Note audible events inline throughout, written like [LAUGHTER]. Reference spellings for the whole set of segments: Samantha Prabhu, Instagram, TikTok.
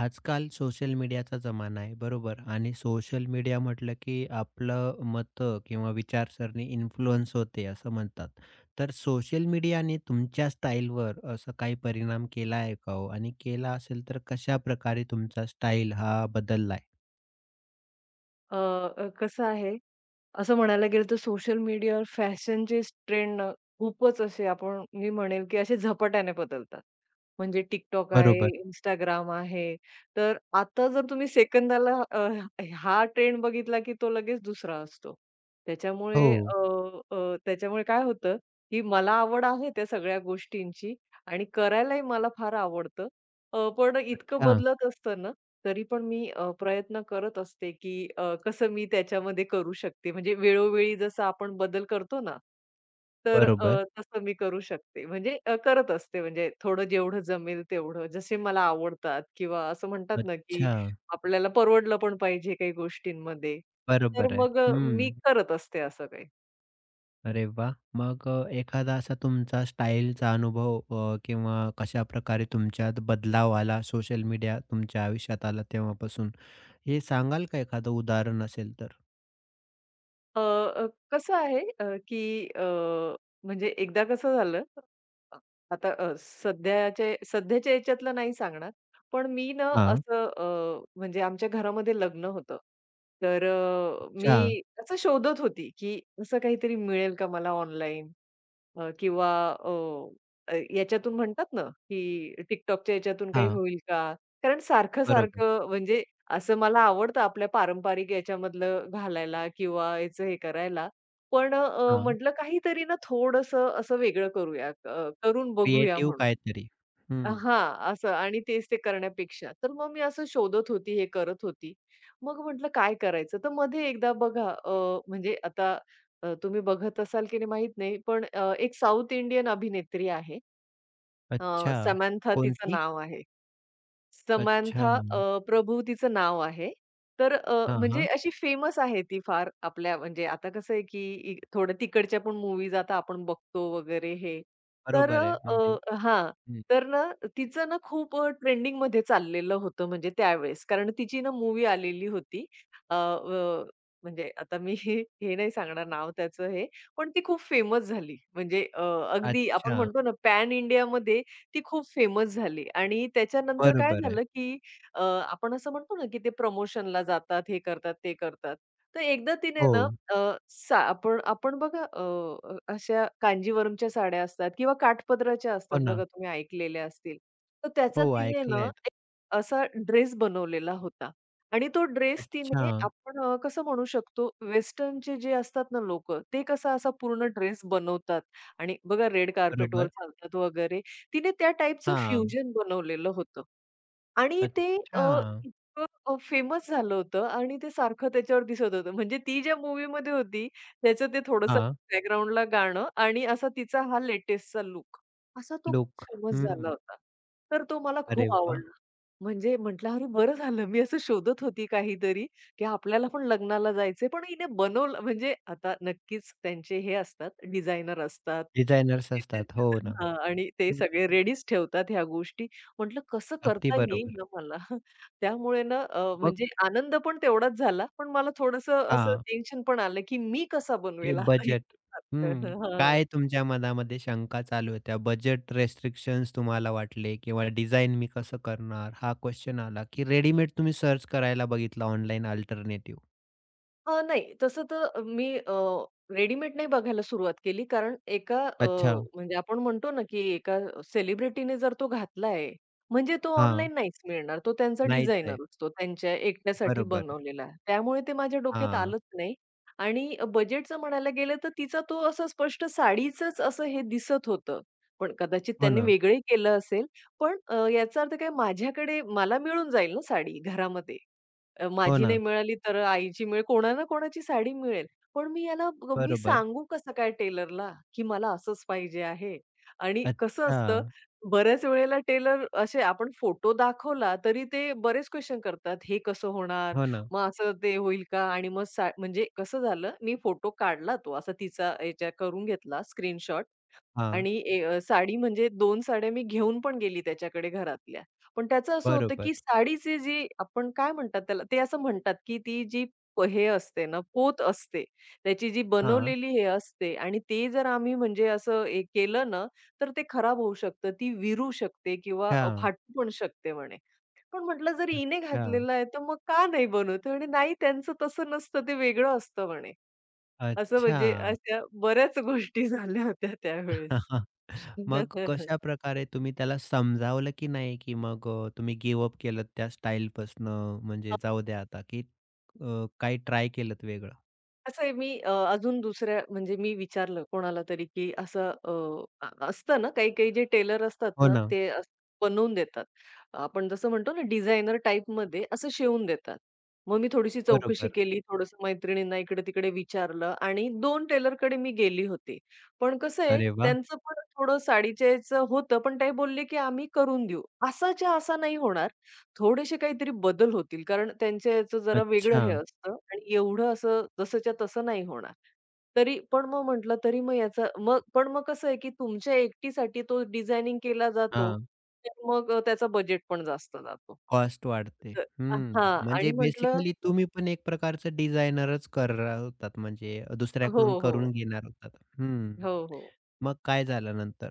आजकाल सोशल मीडियाचा जमाना आहे, बरोबर? आणि सोशल मीडिया म्हटलं की आपलं मतं किंवा विचारसरणी इन्फ्लुअन्स होते असं म्हणतात. तर सोशल मीडियाने तुमच्या स्टाईलवर असा काही परिणाम केला आहे का हो? आणि केला असेल तर कशाप्रकारे तुमचा स्टाईल हा बदललाय? अ, अ, कसं आहे, असं म्हणायला गेलं तर सोशल मीडियावर फॅशनचे ट्रेंड ना खूपच असे आपण मी म्हणेल, की असे झपाट्याने बदलतात. म्हणजे TikTok आहे, बरोबर. Instagram आहे. तर आता जर तुम्ही सेकंदाला हा ट्रेंड बघितला, की तो लगेच दुसरा असतो. हो. त्याच्यामुळे अ, अ, त्याच्यामुळे काय होतं, की मला आवड आहे त्या सगळ्या गोष्टींची आणि करायलाही मला फार आवडतं. पण इतकं अच्छा. बदलत असतं ना, तरी पण मी प्रयत्न करत असते, की कसं मी त्याच्यामध्ये करू शकते. म्हणजे वेळोवेळी जसं आपण बदल करतो ना, तर बरोबर. तसं मी करू शकते. म्हणजे करत असते म्हणजे थोडं जेवढं जमेल तेवढं. जसे मला आवडतात किंवा असं म्हणतात ना, की अच्छा. आपल्याला परवडलं पण पाहिजे काही गोष्टींमध्ये. तर बरोबर आहे. मग हं. मी करत असते असं काही. अरे वा, मग एखादा असा तुमचा स्टाईलचा अनुभव किंवा कशाप्रकारे तुमच्यात बदलाव आला, सोशल मीडिया तुमच्या आयुष्यात आला तेव्हापासून, हे सांगाल का एखादं उदाहरण असेल तर? अ, अ, कसं आहे की म्हणजे एकदा कसं झालं, अ, आता सध्याच्या याच्यातलं नाही सांगणार. पण मी ना हां. असं म्हणजे आमच्या घरामध्ये लग्न होतं. तर अच्छा. मी असं शोधत होती, की असं काहीतरी मिळेल का मला ऑनलाईन? किंवा अ, अ, याच्यातून म्हणतात ना, की TikTokच्या याच्यातून काही हां, होईल का? कारण बरोबर. सारखं-सारखं म्हणजे असं मला आवडतं आपल्या पारंपरिक याच्यामधलं घालायला किंवा याचं हे करायला. पण हां, म्हटलं काहीतरी ना थोडंसं असं वेगळं करूया, करून बघूया क्रिएटिव्ह म्हणून. काहीतरी. हं. हां, असं आणि तेच ते करण्यापेक्षा. तर मग मी असं शोधत होती, हे करत होती. मग म्हटलं काय करायचं? तर मध्ये एकदा बघा म्हणजे आता तुम्ही बघत असाल की नाही माहीत नाही, पण एक साउथ इंडियन अभिनेत्री आहे. अच्छा. समंथा तिचं कोणती? नाव आहे. अच्छा. समांथा प्रभू तिचं नाव आहे. तर हां, म्हणजे हां. अशी फेमस आहे ती फार आपल्या म्हणजे आता कसं आहे, की थोडं तिकडच्या पण मूवीज आता आपण बघतो वगैरे हे. तर बरोबर आहे. म्हणजे हां. हं. तर ना तिचं ना खूप ट्रेंडिंगमध्ये चाललेलं होतं म्हणजे त्यावेळेस. कारण तिची ना मूव्ही आलेली होती. अ, अ, म्हणजे आता मी [LAUGHS] हे हे नाही सांगणार नाव त्याचं हे. पण ती खूप फेमस झाली. म्हणजे अगदी आपण अच्छा. म्हणतो ना पॅन इंडियामध्ये ती खूप फेमस झाली आणि त्याच्यानंतर काय बरोबर आहे. झालं, की आपण असं म्हणतो ना, की ते प्रमोशनला जातात, हे करतात, ते करतात. तर एकदा तिने हो. ना अ, आपण आपण बघा अशा कांजीवरमच्या साड्या असतात किंवा काठपदराच्या हो असतात ना. बघा, तुम्ही ऐकलेल्या असतील. तर त्याचा हो, तिने ना ऐकल्यात. एक असा ड्रेस बनवलेला होता आणि तो ड्रेस अच्छा. तिने आपण कसं म्हणू शकतो, वेस्टर्नचे जे असतात ना लोकं, ते कसा असा पूर्ण ड्रेस बनवतात आणि बघा रेड कार्पेटवर बरोबर. चालतात वगैरे. तिने त्या टाइपचं हां. फ्युजन बनवलेलं होतं. आणि ते अ, अच्छा. इतकं फेमस झालं होतं आणि ते सारखं त्याच्यावर दिसत होतं. म्हणजे ती ज्या मूव्हीमध्ये होती, त्याचं ते थोडंसं हां, बॅकग्राऊंडला गाणं आणि असा तिचा हा लेटेस्टचा लूक असा तो खूप लूक. फेमस झाला हं. होता. तर तो मला अरे खूप वाह! आवडला. म्हणजे म्हटलं, "अरे बरं झालं मी असं शोधत होती काहीतरी, की आपल्याला पण लग्नाला जायचंय." पण हिने बनवलं म्हणजे आता नक्कीच त्यांचे हे असतात डिझायनर असतात. डिझायनर्स असतात. हो [LAUGHS] ना. हां, आणि ते हं. सगळे रेडीच ठेवतात ह्या गोष्टी. म्हटलं कसं अगदी करता येईल बरोबर. ना मला? [LAUGHS] त्यामुळे ना मग म्हणजे आनंद पण तेवढाच झाला, पण मला थोडंसं असं हां, टेन्शन पण आलं, की मी कसा हे बनवेल आता हे? बजेट. हं. [LAUGHS] हां. काय तुमच्या मनामध्ये शंका चालू होत्या? बजेट रिस्ट्रिक्शन्स तुम्हाला वाटले किंवा डिझाइन मी कसं करणार? हा क्वेशन आला, की रेडीमेड तुम्ही सर्च करायला बघितला ऑनलाईन अल्टरनेटिव्ह? नाही तसं तर मी रेडीमेड नाही बघायला सुरुवात केली. कारण एका अच्छा. म्हणजे आपण म्हणतो ना, की एका सेलिब्रिटीने जर तो घातलाय, म्हणजे तो हां. ऑनलाईन नाहीच मिळणार. तो त्यांचा नाहीच आहे. डिझायनर असतो, त्यांच्या एकट्यासाठी बरोबर आहे. बनवलेला. त्यामुळे ते माझ्या डोक्यात हां. आलंच नाही. आणि बजेटचं म्हणायला गेलं तर तिचा तो असं स्पष्ट साडीचंच असं हे दिसत होतं. पण कदाचित हो त्यांनी ना, वेगळंही केलं असेल. पण याचा अर्थ काय माझ्याकडे मला मिळून जाईल ना साडी घरामध्ये. हो माझी ना. नाही मिळाली तर आईची मिळेल, कोणा ना कोणाची साडी मिळेल. पण मी मी बरोबर. सांगू कसं काय टेलरला, की मला असंच पाहिजे आहे. आणि कसं अच्छा. असतं बऱ्याच वेळेला टेलर असे आपण फोटो दाखवला तरी ते बरेच क्वेशन करतात, "हे कसं होणार? हो ना. मग असं ते होईल का?" आणि मग म्हणजे कसं झालं, मी फोटो काढला तो असा तिचा याच्या करून घेतला स्क्रीनशॉट हां. आणि साडी म्हणजे दोन साड्या मी घेऊन पण गेली त्याच्याकडे घरातल्या. पण त्याचं असं होतं, बरोबर. की साडीची जी आपण काय म्हणतात त्याला? ते असं म्हणतात, की ती जी हे असते ना, पोत असते. त्याची जी हां. बनवलेली हे असते आणि ते जर आम्ही म्हणजे असं हे केलं ना, तर ते खराब होऊ शकतं. ती विरू शकते किंवा अच्छा. फाटू पण शकते म्हणे. पण म्हटलं, "जर हिने अच्छा. घातलेलं आहे, तर मग का नाही बनवत?" म्हणे, "नाही, त्यांचं तसं नसतं. ते वेगळं असतं" म्हणे. असं म्हणजे अच्छा. अशा बऱ्याच गोष्टी झाल्या होत्या त्यावेळेस. [LAUGHS] मग [LAUGHS] कशा प्रकारे तुम्ही त्याला समजावलं की नाही, की मग तुम्ही गिव अप केलत त्या स्टाईलपासनं अ, म्हणजे जाऊ द्या आता, की काही ट्राय केलत वेगळं? असं आहे मी अजून दुसऱ्या म्हणजे मी विचारलं कोणाला तरी, की असं असतं ना काही-काही जे टेलर असतात हो ना, ना, ते असं बनवून देतात. आपण जसं म्हणतो ना डिझायनर टाइपमध्ये असं शिवून देतात. मग मी थोडीशी चौकशी बरोबर. केली, थोडंसं मैत्रिणींना इकडे-तिकडे विचारलं आणि 2 टेलरकडे मी गेली होती. पण कसं आहे अरे वाह! त्यांचं पण थोडं साडीच्या याचं होतं, पण ते बोलले, की "आम्ही करून देऊ." असाच्या असा नाही होणार, थोडेसे काहीतरी बदल होतील. कारण त्यांच्या याचं जरा वेगळं अच्छा. हे असतं आणि एवढं असं जसंच्या तसं नाही होणार. तरी पण मग म्हटलं तरी मग याचा मग पण मग कसं आहे की तुमच्या एकटीसाठी तो डिझायनिंग केला जातो. हां, तर मग त्याचा बजेट पण जास्त जातो. कॉस्ट वाढते. तर हं, हां म्हणजे आणि म्हटलं बेसिकली तुम्ही पण एक प्रकारचं डिझायनरच करणार होतात म्हणजे हो, दुसऱ्याकडून हो. करून घेणार होतात. हं, हो, हो. मग काय झालं नंतर?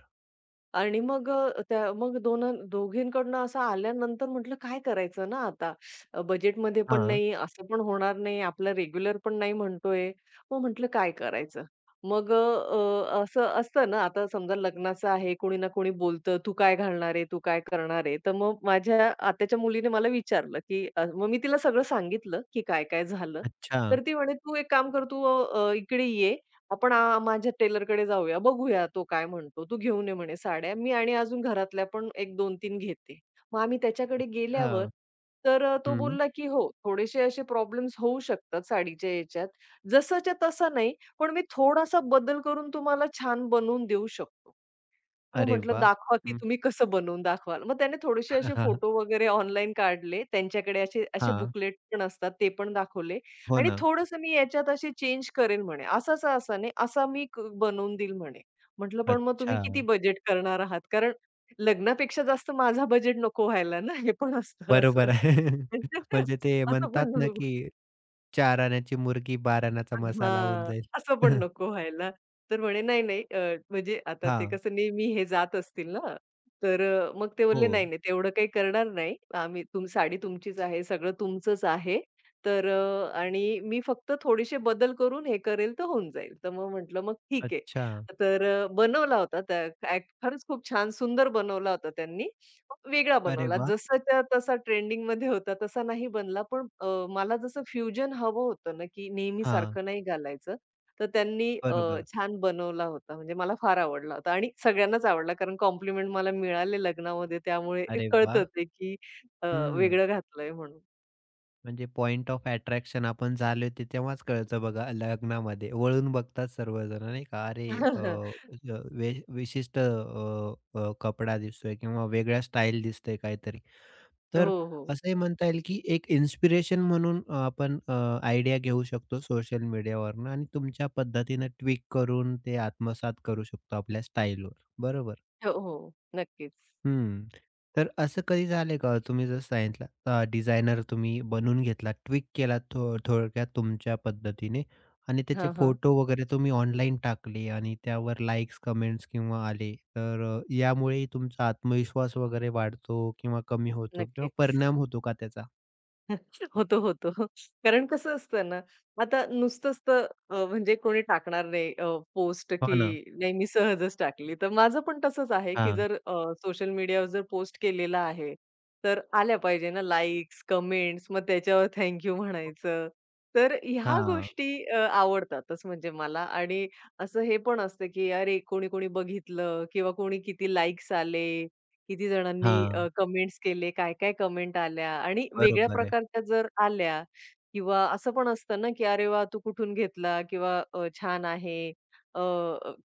आणि मग त्या मग दोघींकडनं असं आल्यानंतर म्हटलं काय करायचं ना आता? बजेटमध्ये पण हां, नाही, असं पण होणार नाही, आपलं रेग्युलर पण नाही म्हणतोय. मग म्हटलं काय करायचं? मग अ, अ, असं असतं ना, आता समजा लग्नाचं आहे, कोणी ना कोणी बोलतं, "तू काय घालणार आहे? तू काय करणार आहे?" तर मग माझ्या आत्याच्या मुलीने मला विचारलं, की मग मी तिला सगळं सांगितलं, की काय-काय झालं. अच्छा, तर ती म्हणे, "तू एक काम कर, तू इकडे ये आपण माझ्या टेलरकडे जाऊया, बघूया तो काय म्हणतो. तू घेऊन ये म्हणे साड्या. मी आणि अजून घरातल्या पण एक 2, तीन घेते. मग आम्ही त्याच्याकडे गेल्यावर अच्छा. तर तो हं, बोलला, की "हो, थोडेसे असे प्रॉब्लेम्स होऊ शकतात साडीच्या याच्यात. जसाच्या तसा नाही, पण मी थोडासा बदल करून तुम्हाला छान बनवून देऊ शकतो." मग अरे म्हटलं वाह! दाखवा, की हं. तुम्ही कसं बनवून दाखवाल? मग त्याने थोडेसे असे फोटो [LAUGHS] वगैरे ऑनलाईन काढले. त्यांच्याकडे असे असे हां. बुकलेट पण असतात, ते पण दाखवले हो आणि ना. थोडंसं मी याच्यात असे चेंज करेन म्हणे. असा-असा, असा नाही, असा मी बनवून देईल म्हणे. म्हटलं, "पण मग अच्छा. तुम्ही किती बजेट करणार आहात? कारण लग्नापेक्षा जास्त माझा बजेट नको व्हायला ना." हे पण असतं असं. बरोबर आहे. [LAUGHS] [LAUGHS] म्हणजे ते असं पण म्हणतात ना, नको. की 4 आण्याची मुर्गी 12 आण्याचा मसाला होऊन हां, जाईल. असं पण [LAUGHS] नको व्हायला. तर म्हणे, "नाही, नाही." म्हणजे आता ते हां. कसं नेहमी हे जात असतील ना, तर मग ते हो. बोलले, "नाही, नाही, तेवढं काही करणार नाही. आम्ही साडी तुमचीच आहे, सगळं तुमचंच आहे. तर आणि मी फक्त थोडेसे बदल करून हे करेल तर होऊन जाईल." तर मग म्हटलं, "मग ठीक आहे." अच्छा. तर बनवला होता त्या ॲक्ट खरंच खूप छान सुंदर बनवला होता त्यांनी. वेगळा अरे बनवला. वाह! जसाच्या तसा ट्रेंडिंगमध्ये होता तसा नाही बनला. पण मला जसं फ्युजन हवं होतं ना, की नेहमी हां. सारखं नाही घालायचं. तर त्यांनी बरोबर. छान बनवला होता. म्हणजे मला फार आवडला होता आणि सगळ्यांनाच आवडला. कारण कॉम्प्लिमेंट मला मिळाले लग्नामध्ये त्यामुळे अरे कळतं वाह! ते, की अ, हं. वेगळं घातलंय म्हणून. म्हणजे पॉइंट ऑफ अट्रॅक्शन आपण झाले ते तेव्हाच कळतं बघा लग्नामध्ये. वळून बघतात सर्वजण नाही का? अरे अ, [LAUGHS] अ, वि विशिष्ट अ, अ, कपडा दिसतोय किंवा वेगळ्या स्टाईल दिसते काहीतरी. हो, तर हो. असंही म्हणता येईल, की एक इन्स्पिरेशन म्हणून आपण आयडिया घेऊ शकतो सोशल मीडियावरनं आणि तुमच्या पद्धतीनं ट्विक करून ते आत्मसात करू शकतो आपल्या स्टाईलवर. बरोबर. हो, हो. नक्कीच. हं. तर असं कधी झालंय का? तुम्ही जसं सांगितलं डिझायनर तुम्ही बनवून घेतला, ट्विक केला थोडक्यात तुमच्या पद्धतीने आणि त्याचे हां, हां. फोटो वगैरे तुम्ही ऑनलाईन टाकले आणि त्यावर लाइक्स, कमेंट्स किंवा आले. तर यामुळे तुमचा आत्मविश्वास वगैरे वाढतो किंवा कमी होतो किंवा नक्कीच. परिणाम होतो का त्याचा? [LAUGHS] होतो, होतो. कारण कसं असतं ना, आता नुसतंच तर म्हणजे कोणी टाकणार नाही पोस्ट हो की ना. नाही मी सहजच टाकली. तर माझं पण तसंच आहे की हां. जर सोशल मीडियावर जर पोस्ट केलेला आहे, तर आल्या पाहिजे ना लाइक्स, कमेंट्स मग त्याच्यावर थँक यू म्हणायचं. तर ह्या हां, गोष्टी आवडतातच म्हणजे मला आणि असं हे पण असतं की अरे कोणी-कोणी बघितलं किंवा कोणी किती लाइक्स आले किती जणांनी हां. कमेंट्स केले, काय-काय कमेंट आल्या आणि वेगळ्या बरोबर आहे. प्रकारच्या जर आल्या किंवा असं पण असतं ना, की "अरे वाह! तू कुठून घेतला?" किंवा "छान आहे." अ,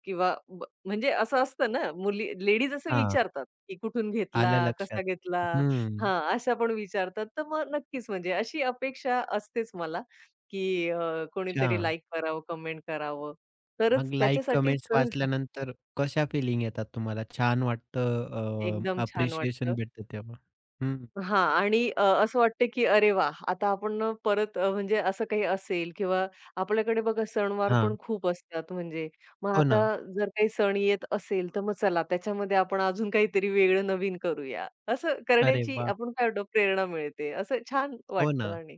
किंवा म्हणजे असं असतं ना, मुली लेडीज असं हां, विचारतात, की "कुठून घेतला? आलं लक्षात. कसा घेतला?" हं. हां, अशा पण विचारतात. तर मग नक्कीच म्हणजे अशी अपेक्षा असतेच मला, की कोणीतरी अच्छा. लाईक करावं, कमेंट करावं. तरच मग लाइक, त्याच्यासाठीच कमेंट्स अ, वाचल्यानंतर कशा फीलिंग येतात तुम्हाला? छान वाटतं, एकदम छान अप्रिशिएशन वाटतं. भेटतं तेव्हा? हं. हां आणि असं वाटतं की अरे वाह! आता आपण परत म्हणजे असं काही असेल किंवा आपल्याकडे बघा सणवार पण हां. खूप असतात म्हणजे. मग हो ना. आता जर काही सण येत असेल, तर मग चला त्याच्यामध्ये आपण अजून काहीतरी वेगळं नवीन करूया. असं अरे करण्याची वाह! आपण काय म्हणतो प्रेरणा मिळते. असं छान हो ना. वाटतं आणि.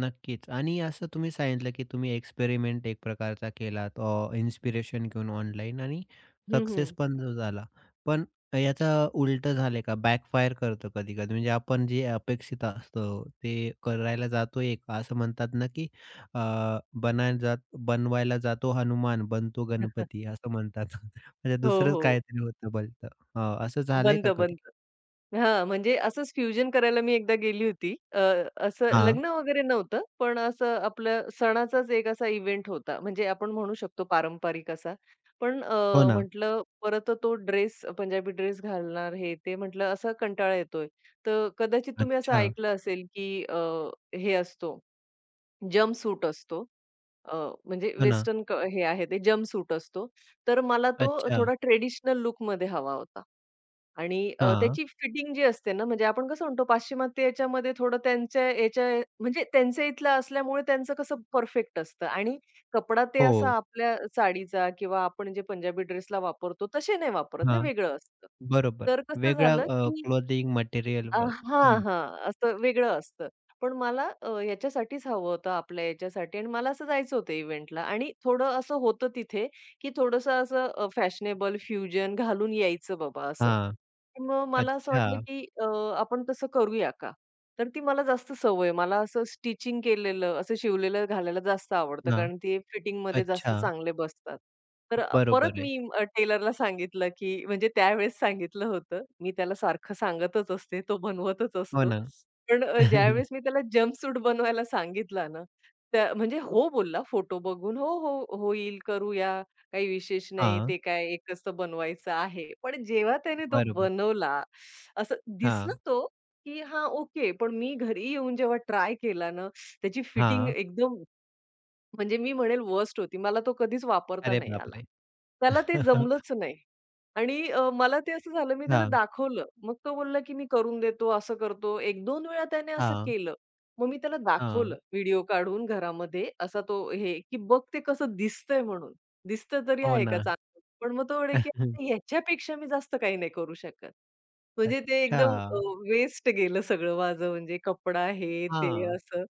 नक्कीच आणि असं तुम्ही सांगितलं, की तुम्ही एक्सपेरिमेंट एक प्रकारचा केलात इन्स्पिरेशन घेऊन ऑनलाईन आणि हं, सक्सेस हं. पण जो झाला. पण याचा उलटं झालंय का? बॅकफायर करतं कधी-कधी. म्हणजे आपण जे अपेक्षित असतं ते करायला जातो एक, असं म्हणतात ना, की अ, बनाय जात बनवायला जातो हनुमान, बनतो गणपती [LAUGHS] असं म्हणतात. [LAUGHS] म्हणजे हो, दुसरंच हो. काहीतरी होतं भलतं. हां, असं झालंय का बनतं, कधी? बनतं. हां, म्हणजे असंच फ्युजन करायला मी एकदा गेली होती. असं हां, लग्न वगैरे नव्हतं, पण असं आपलं सणाचाच एक असा इव्हेंट होता. म्हणजे आपण म्हणू शकतो पारंपरिक असा. पण हो ना. म्हटलं परत तो ड्रेस पंजाबी ड्रेस घालणार हे ते म्हटलं असा कंटाळा येतोय. तर कदाचित तुम्ही असं अच्छा. ऐकलं असेल, की हे असतो जंपसूट असतो. अ, म्हणजे हो ना. वेस्टर्न हे आहे ते जंपसूट असतो. तर मला तो अच्छा. थोडा ट्रेडिशनल लूकमध्ये हवा होता. आणि हां. त्याची फिटिंग जी असते ना, म्हणजे आपण कसं म्हणतो पाश्चिमात्य याच्यामध्ये थोडं त्यांच्या याच्या म्हणजे त्यांच्या इथलं असल्यामुळे त्यांचं कसं परफेक्ट असतं आणि कपडा ते असा हो. आपल्या साडीचा किंवा आपण जे पंजाबी ड्रेसला वापरतो तसे नाही वापरत ना, हां. वेगळं असतं. बरोबर. तर कसं वेगळ्या झालं की क्लोथिंग अ, मटेरियलवर. हां, हं. हां. असं वेगळं असतं. पण मला याच्यासाठीच हवं होतं आपल्या याच्यासाठी आणि मला असं जायचं होतं इव्हेंटला आणि थोडं असं होतं तिथे, की थोडंसं असं फॅशनेबल फ्युजन घालून यायचं बाबा असं. हां. मग मला असं वाटलं, अच्छा. की आपण तसं करूया का? तर ती मला जास्त सवय. मला असं स्टिचिंग केलेलं, असं शिवलेलं घालायला जास्त आवडतं हां. कारण ते फिटिंगमध्ये जास्त अच्छा. चांगले बसतात. तर परत बरोबर आहे. मी टेलरला सांगितलं, की म्हणजे त्यावेळेस सांगितलं होतं. मी त्याला सारखं सांगतच असते, तो बनवतच हो असतो. ना. पण [LAUGHS] ज्यावेळेस मी त्याला जंपसूट बनवायला सांगितला ना, त्या म्हणजे हो बोलला फोटो बघून, "हो, हो, होईल, करूया, काही विशेष नाही, हां. ते काय एकच तर बनवायचं आहे." पण जेव्हा त्याने तो बरोबर. बनवला, असं दिसला हां. तो, की हां, ओके. पण मी घरी येऊन जेव्हा ट्राय केला ना, त्याची फिटिंग हां. एकदम म्हणजे मी म्हणेल वर्स्ट होती. मला तो कधीच वापरता अरे नाही आला. बापरे! त्याला ते [LAUGHS] जमलंच नाही. आणि मला ते असं झालं, मी त्याला हां. दाखवलं. मग तो बोलला, की "मी करून देतो, असं करतो." एक दोन वेळा त्याने असं हां. केलं. मग मी त्याला दाखवलं हां. व्हिडिओ काढून घरामध्ये असा तो हे, की "बघ ते कसं दिसतंय म्हणून. दिसतं तरी हो आहे का ना. चांगलं?" पण मग तो म्हणे, की "आता [LAUGHS] ह्याच्यापेक्षा मी जास्त काही नाही करू शकत." म्हणजे ते अच्छा. एकदम वेस्ट गेलं सगळं माझं म्हणजे कपडा हे ते हां. असं.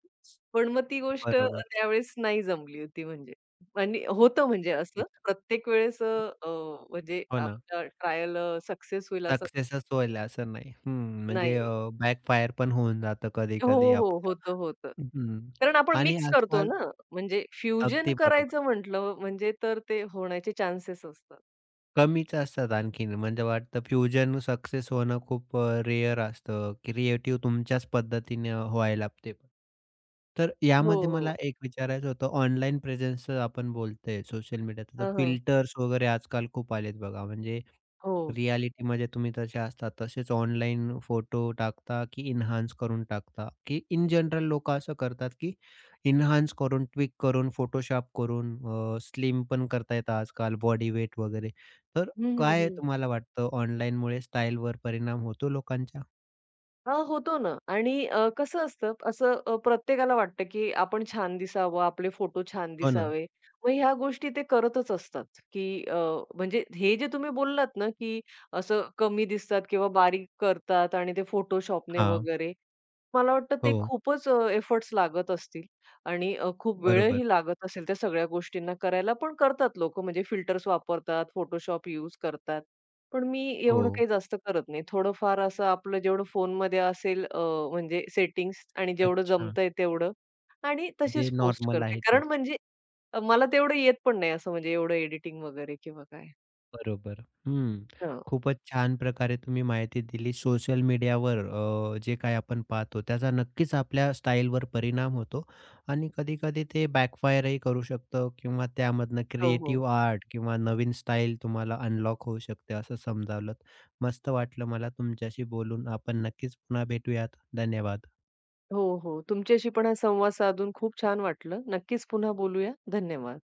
पण मग ती गोष्ट बरोबर. त्यावेळेस नाही जमली होती म्हणजे. आणि होतं म्हणजे असं नक्कीच. प्रत्येक वेळेस अ, अ, म्हणजे हो ना. आपलं ट्रायल सक्सेस होईल असं सक्सेसच होईल असं नाही. हं. म्हणजे नाही. बॅकफायर पण होऊन जातं हो, कधी-कधी हो. हो, आपल्या. होतं, होतं. हं. कारण आपण आणि मिक्स करतो आजकाल ना, म्हणजे फ्युजन अगदी बरोबर. करायचं म्हटलं म्हणजे तर ते होण्याचे चान्सेस असतात. कमीच असतात आणखीन म्हणजे वाटतं फ्युजन सक्सेस होणं खूप रेअर असतं. क्रिएटिव्ह तुमच्याच पद्धतीने व्हायला लागते. तर हो, यामध्ये हो. मला एक विचारायचं होतं ऑनलाईन प्रेझेन्सचं आपण बोलतोय सोशल मीडियाचं तर हां, हां. फिल्टर्स वगैरे आजकाल खूप आलेत बघा म्हणजे हो. रिअॅलिटीमध्ये तुम्ही तसे असता, तसेच ऑनलाईन फोटो टाकता, की एन्हान्स करून टाकता? की इन जनरल लोकं असं करतात, की एन्हान्स करून, ट्विक करून, फोटोशॉप करून स्लिम पण करता येतं आजकाल बॉडी वेट वगैरे. तर हं, हं, काय हं. तुम्हाला वाटतं ऑनलाईनमुळे स्टाईलवर परिणाम होतो लोकांच्या? हां, होतो ना आणि कसं असतं असं प्रत्येकाला वाटतं, की आपण छान दिसावं, आपले फोटो छान हो ना. दिसावे. मग ह्या गोष्टी ते करतच असतात, की अ, म्हणजे हे जे तुम्ही बोललात ना, की असं कमी दिसतात किंवा बारीक करतात आणि ते फोटोशॉपने हां. वगैरे. मला वाटतं ते हो. खूपच एफर्ट्स लागत असतील आणि खूप बरोबर. वेळही लागत असेल त्या सगळ्या गोष्टींना करायला, पण करतात लोकं म्हणजे फिल्टर्स वापरतात, फोटोशॉप यूज करतात. पण मी हो. एवढं काही जास्त करत नाही. थोडंफार असं आपलं जेवढं फोनमध्ये असेल म्हणजे सेटिंग्स आणि जेवढं अच्छा. जमतंय तेवढं आणि जे तशीच पोस्ट नॉर्मल करते. आहे कारण तेच. म्हणजे मला तेवढं येत पण नाही असं म्हणजे एवढं एडिटिंग वगैरे किंवा काय. बरोबर. हं. हं. खूपच छान प्रकारे तुम्ही माहिती दिली. सोशल मीडियावर जे काही आपण पाहतो त्याचा नक्कीच आपल्या स्टाईलवर परिणाम होतो आणि कधी-कधी ते बॅकफायरही करू शकतं किंवा त्यामधनं हो, हो. क्रिएटिव्ह आर्ट किंवा नवीन स्टाईल तुम्हाला अनलॉक होऊ शकते असं समजावलंत. मस्त वाटलं मला तुमच्याशी बोलून. आपण नक्कीच पुन्हा भेटूयात. धन्यवाद. हो, हो. तुमच्याशी पण हा संवाद साधून खूप छान वाटलं. नक्कीच पुन्हा बोलूया. धन्यवाद.